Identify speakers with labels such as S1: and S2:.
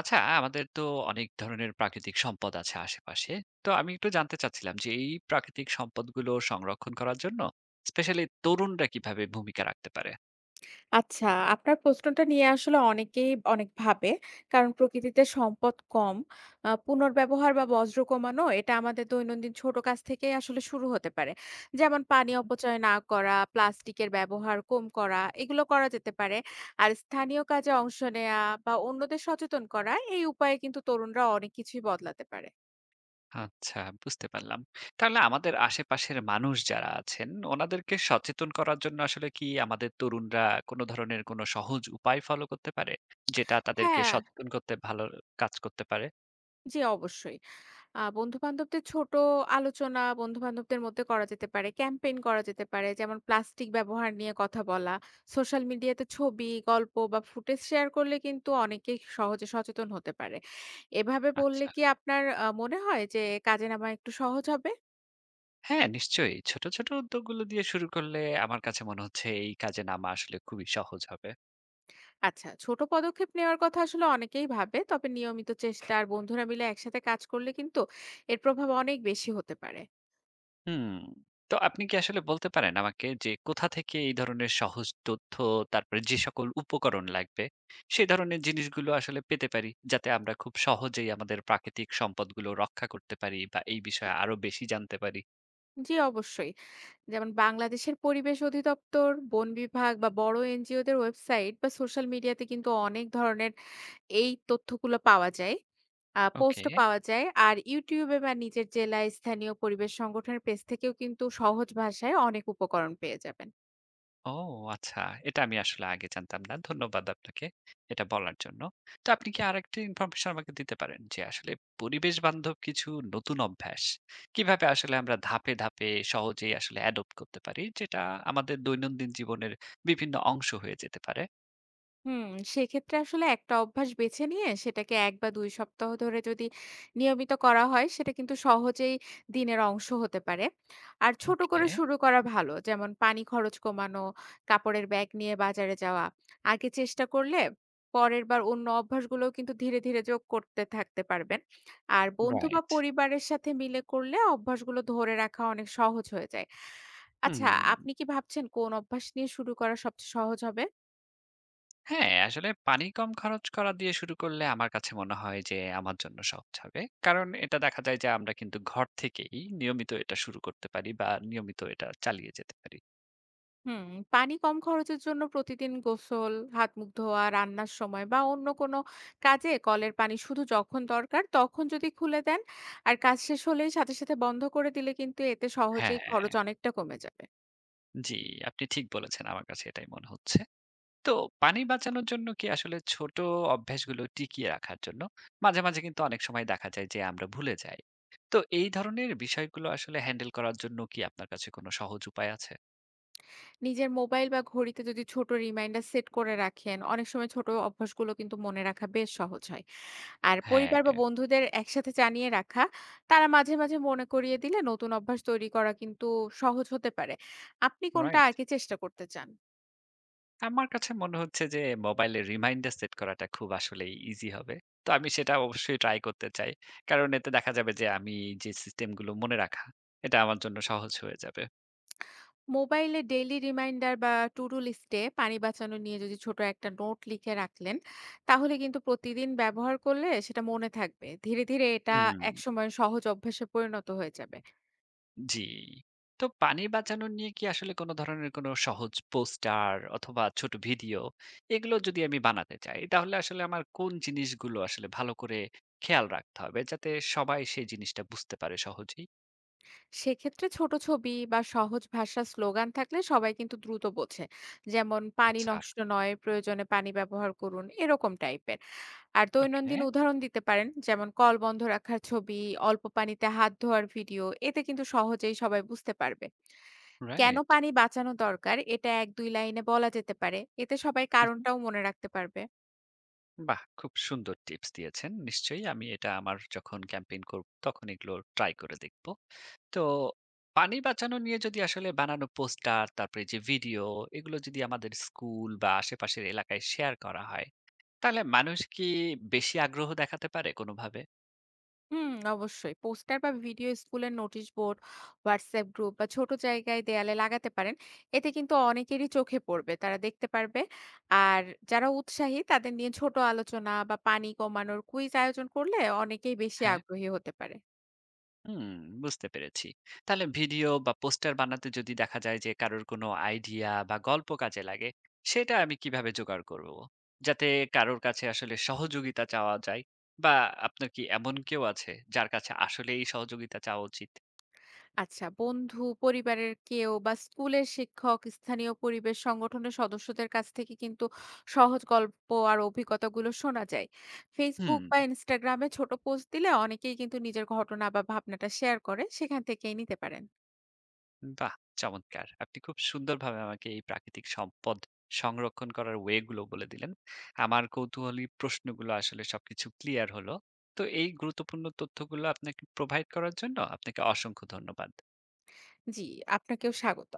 S1: আচ্ছা, আমাদের তো অনেক ধরনের প্রাকৃতিক সম্পদ আছে আশেপাশে। তো আমি একটু জানতে চাচ্ছিলাম যে এই প্রাকৃতিক সম্পদগুলো সংরক্ষণ করার জন্য স্পেশালি তরুণরা কিভাবে ভূমিকা রাখতে পারে?
S2: আচ্ছা, আপনার প্রশ্নটা নিয়ে আসলে অনেকেই অনেক ভাবে। কারণ প্রকৃতিতে সম্পদ কম। পুনর্ব্যবহার বা বর্জ্য কমানো এটা আমাদের দৈনন্দিন ছোট কাজ থেকেই আসলে শুরু হতে পারে। যেমন পানি
S1: হুম।
S2: অপচয় না করা, প্লাস্টিকের ব্যবহার কম করা, এগুলো করা যেতে পারে। আর স্থানীয় কাজে অংশ নেয়া বা অন্যদের সচেতন করা, এই উপায়ে কিন্তু তরুণরা অনেক কিছুই বদলাতে পারে।
S1: আচ্ছা, বুঝতে পারলাম। তাহলে আমাদের আশেপাশের মানুষ যারা আছেন ওনাদেরকে সচেতন করার জন্য আসলে কি আমাদের তরুণরা কোনো ধরনের কোনো সহজ উপায় ফলো করতে পারে? যেটা তাদেরকে
S2: হ্যাঁ,
S1: সচেতন করতে ভালো কাজ করতে পারে?
S2: জি অবশ্যই। বন্ধু-বান্ধবদের ছোট আলোচনা বন্ধু-বান্ধবদের মধ্যে করা যেতে পারে। ক্যাম্পেইন করা যেতে পারে। যেমন প্লাস্টিক ব্যবহার নিয়ে কথা বলা। সোশ্যাল মিডিয়াতে ছবি, গল্প বা ফুটেজ শেয়ার করলে কিন্তু অনেকেই সহজে সচেতন হতে পারে। এভাবে বললে
S1: আচ্ছা।
S2: কি আপনার মনে হয় যে কাজে নামা একটু সহজ হবে?
S1: হ্যাঁ, নিশ্চয়ই। ছোট, ছোট উদ্যোগগুলো দিয়ে শুরু করলে আমার কাছে মনে হচ্ছে এই কাজে নামা আসলে খুবই সহজ হবে।
S2: আচ্ছা, ছোট পদক্ষেপ নেওয়ার কথা আসলে অনেকেই ভাবে। তবে নিয়মিত চেষ্টা আর বন্ধুরা মিলে একসাথে কাজ করলে কিন্তু এর প্রভাব অনেক বেশি হতে পারে।
S1: হুম। তো আপনি কি আসলে বলতে পারেন আমাকে যে কোথা থেকে এই ধরনের সহজ তথ্য, তারপরে যে সকল উপকরণ লাগবে, সে ধরনের জিনিসগুলো আসলে পেতে পারি? যাতে আমরা খুব সহজেই আমাদের প্রাকৃতিক সম্পদগুলো রক্ষা করতে পারি বা এই বিষয়ে আরো বেশি জানতে পারি।
S2: জি, অবশ্যই। যেমন বাংলাদেশের পরিবেশ অধিদপ্তর, বন বিভাগ বা বড় এনজিওদের ওয়েবসাইট বা সোশ্যাল মিডিয়াতে কিন্তু অনেক ধরনের এই তথ্যগুলো পাওয়া যায়।
S1: ওকে।
S2: পোস্টও পাওয়া যায়। আর ইউটিউবে বা নিজের জেলায় স্থানীয় পরিবেশ সংগঠনের পেজ থেকেও কিন্তু সহজ ভাষায় অনেক উপকরণ পেয়ে যাবেন।
S1: ও আচ্ছা। এটা আমি আসলে আগে জানতাম না। ধন্যবাদ আপনাকে এটা বলার জন্য। তো আপনি কি আরেকটু ইনফরমেশন আমাকে দিতে পারেন যে আসলে পরিবেশ বান্ধব কিছু নতুন অভ্যাস কিভাবে আসলে আমরা ধাপে, ধাপে সহজেই আসলে অ্যাডপ্ট করতে পারি যেটা আমাদের দৈনন্দিন জীবনের বিভিন্ন অংশ হয়ে যেতে পারে?
S2: হুম, সেক্ষেত্রে আসলে একটা অভ্যাস বেছে নিয়ে সেটাকে ১ বা ২ সপ্তাহ ধরে যদি নিয়মিত করা হয় সেটা কিন্তু সহজেই দিনের অংশ হতে পারে। আর ছোট
S1: ওকে,
S2: করে শুরু করা ভালো। যেমন পানি খরচ কমানো, কাপড়ের ব্যাগ নিয়ে বাজারে যাওয়া। আগে চেষ্টা করলে পরের বার অন্য অভ্যাসগুলোও কিন্তু ধীরে, ধীরে যোগ করতে থাকতে পারবেন। আর বন্ধু বা
S1: রাইট।
S2: পরিবারের সাথে মিলে করলে অভ্যাসগুলো ধরে রাখা অনেক সহজ হয়ে যায়। আচ্ছা,
S1: হুম।
S2: আপনি কি ভাবছেন কোন অভ্যাস নিয়ে শুরু করা সবচেয়ে সহজ হবে?
S1: হ্যাঁ, আসলে পানি কম খরচ করা দিয়ে শুরু করলে আমার কাছে মনে হয় যে আমার জন্য সহজ হবে। কারণ এটা দেখা যায় যে আমরা কিন্তু ঘর থেকেই নিয়মিত এটা শুরু করতে পারি বা নিয়মিত এটা চালিয়ে যেতে পারি।
S2: হুম, পানি কম খরচের জন্য প্রতিদিন গোসল, হাত মুখ ধোয়া, রান্নার সময় বা অন্য কোনো কাজে কলের পানি শুধু যখন দরকার তখন যদি খুলে দেন আর কাজ শেষ হলেই সাথে সাথে বন্ধ করে দিলে কিন্তু এতে সহজেই
S1: হ্যাঁ,
S2: খরচ অনেকটা কমে যাবে।
S1: জি, আপনি ঠিক বলেছেন। আমার কাছে এটাই মনে হচ্ছে। তো পানি বাঁচানোর জন্য কি আসলে ছোট অভ্যাসগুলো টিকিয়ে রাখার জন্য মাঝে, মাঝে কিন্তু অনেক সময় দেখা যায় যে আমরা ভুলে যাই। তো এই ধরনের বিষয়গুলো আসলে হ্যান্ডেল করার জন্য কি আপনার কাছে কোনো সহজ উপায় আছে?
S2: নিজের মোবাইল বা ঘড়িতে যদি ছোট রিমাইন্ডার সেট করে রাখেন, অনেক সময় ছোট অভ্যাসগুলো কিন্তু মনে রাখা বেশ সহজ হয়। আর
S1: হ্যাঁ,
S2: পরিবার বা বন্ধুদের একসাথে জানিয়ে রাখা, তারা মাঝে, মাঝে মনে করিয়ে দিলে নতুন অভ্যাস তৈরি করা কিন্তু সহজ হতে পারে। আপনি কোনটা
S1: রাইট।
S2: আগে চেষ্টা করতে চান?
S1: আমার কাছে মনে হচ্ছে যে মোবাইলে রিমাইন্ডার সেট করাটা খুব আসলেই ইজি হবে। তো আমি সেটা অবশ্যই ট্রাই করতে চাই। কারণ এতে দেখা যাবে যে আমি যে সিস্টেমগুলো মনে রাখা, এটা আমার জন্য সহজ হয়ে যাবে।
S2: মোবাইলে ডেইলি রিমাইন্ডার বা টু ডু লিস্টে পানি বাঁচানো নিয়ে যদি ছোট একটা নোট লিখে রাখলেন তাহলে কিন্তু প্রতিদিন ব্যবহার করলে সেটা মনে থাকবে, ধীরে ধীরে এটা
S1: হুম।
S2: একসময় সহজ অভ্যাসে পরিণত হয়ে যাবে।
S1: জি। তো পানি বাঁচানো নিয়ে কি আসলে কোনো ধরনের কোনো সহজ পোস্টার অথবা ছোট ভিডিও এগুলো যদি আমি বানাতে চাই, তাহলে আসলে আমার কোন জিনিসগুলো আসলে ভালো করে খেয়াল রাখতে হবে যাতে সবাই সেই জিনিসটা বুঝতে পারে সহজেই?
S2: সেক্ষেত্রে ছোট ছবি বা সহজ ভাষার স্লোগান থাকলে সবাই কিন্তু দ্রুত বোঝে। যেমন পানি
S1: আচ্ছা।
S2: নষ্ট নয়, প্রয়োজনে পানি ব্যবহার করুন, এরকম টাইপের। আর
S1: ওকে,
S2: দৈনন্দিন উদাহরণ দিতে পারেন, যেমন কল বন্ধ রাখার ছবি, অল্প পানিতে হাত ধোয়ার ভিডিও, এতে কিন্তু সহজেই সবাই বুঝতে পারবে কেন
S1: রাইট।
S2: পানি বাঁচানো দরকার। এটা ১-২ লাইনে বলা যেতে পারে। এতে সবাই কারণটাও মনে রাখতে পারবে।
S1: বাহ! খুব সুন্দর টিপস দিয়েছেন। নিশ্চয়ই আমি এটা আমার যখন ক্যাম্পেইন করব তখন এগুলো ট্রাই করে দেখব। তো পানি বাঁচানো নিয়ে যদি আসলে বানানো পোস্টার, তারপরে যে ভিডিও এগুলো যদি আমাদের স্কুল বা আশেপাশের এলাকায় শেয়ার করা হয়, তাহলে মানুষ কি বেশি আগ্রহ দেখাতে পারে কোনোভাবে?
S2: হুম, অবশ্যই। পোস্টার বা ভিডিও স্কুলের নোটিশ বোর্ড, হোয়াটসঅ্যাপ গ্রুপ বা ছোট জায়গায় দেয়ালে লাগাতে পারেন। এতে কিন্তু অনেকেরই চোখে পড়বে। তারা দেখতে পারবে। আর যারা উৎসাহী তাদের নিয়ে ছোট আলোচনা বা পানি কমানোর কুইজ আয়োজন করলে অনেকেই বেশি
S1: হ্যাঁ।
S2: আগ্রহী হতে পারে।
S1: হুম, বুঝতে পেরেছি। তাহলে ভিডিও বা পোস্টার বানাতে যদি দেখা যায় যে কারোর কোনো আইডিয়া বা গল্প কাজে লাগে, সেটা আমি কিভাবে জোগাড় করব? যাতে কারোর কাছে আসলে সহযোগিতা চাওয়া যায় বা আপনার কি এমন কেউ আছে যার কাছে আসলেই সহযোগিতা চাওয়া উচিত?
S2: আচ্ছা, বন্ধু, পরিবারের কেউ বা স্কুলের শিক্ষক, স্থানীয় পরিবেশ সংগঠনের সদস্যদের কাছ থেকে কিন্তু সহজ গল্প আর অভিজ্ঞতাগুলো শোনা যায়। Facebook
S1: হুম।
S2: বা Instagram এ ছোট পোস্ট দিলে অনেকেই কিন্তু নিজের ঘটনা বা ভাবনাটা শেয়ার করে। সেখান থেকেই নিতে পারেন।
S1: বাহ! চমৎকার। আপনি খুব সুন্দরভাবে আমাকে এই প্রাকৃতিক সম্পদ সংরক্ষণ করার ওয়ে গুলো বলে দিলেন। আমার কৌতূহলী প্রশ্নগুলো আসলে সবকিছু ক্লিয়ার হলো। তো এই গুরুত্বপূর্ণ তথ্যগুলো আপনাকে প্রোভাইড করার জন্য আপনাকে অসংখ্য ধন্যবাদ।
S2: জি, আপনাকেও স্বাগত।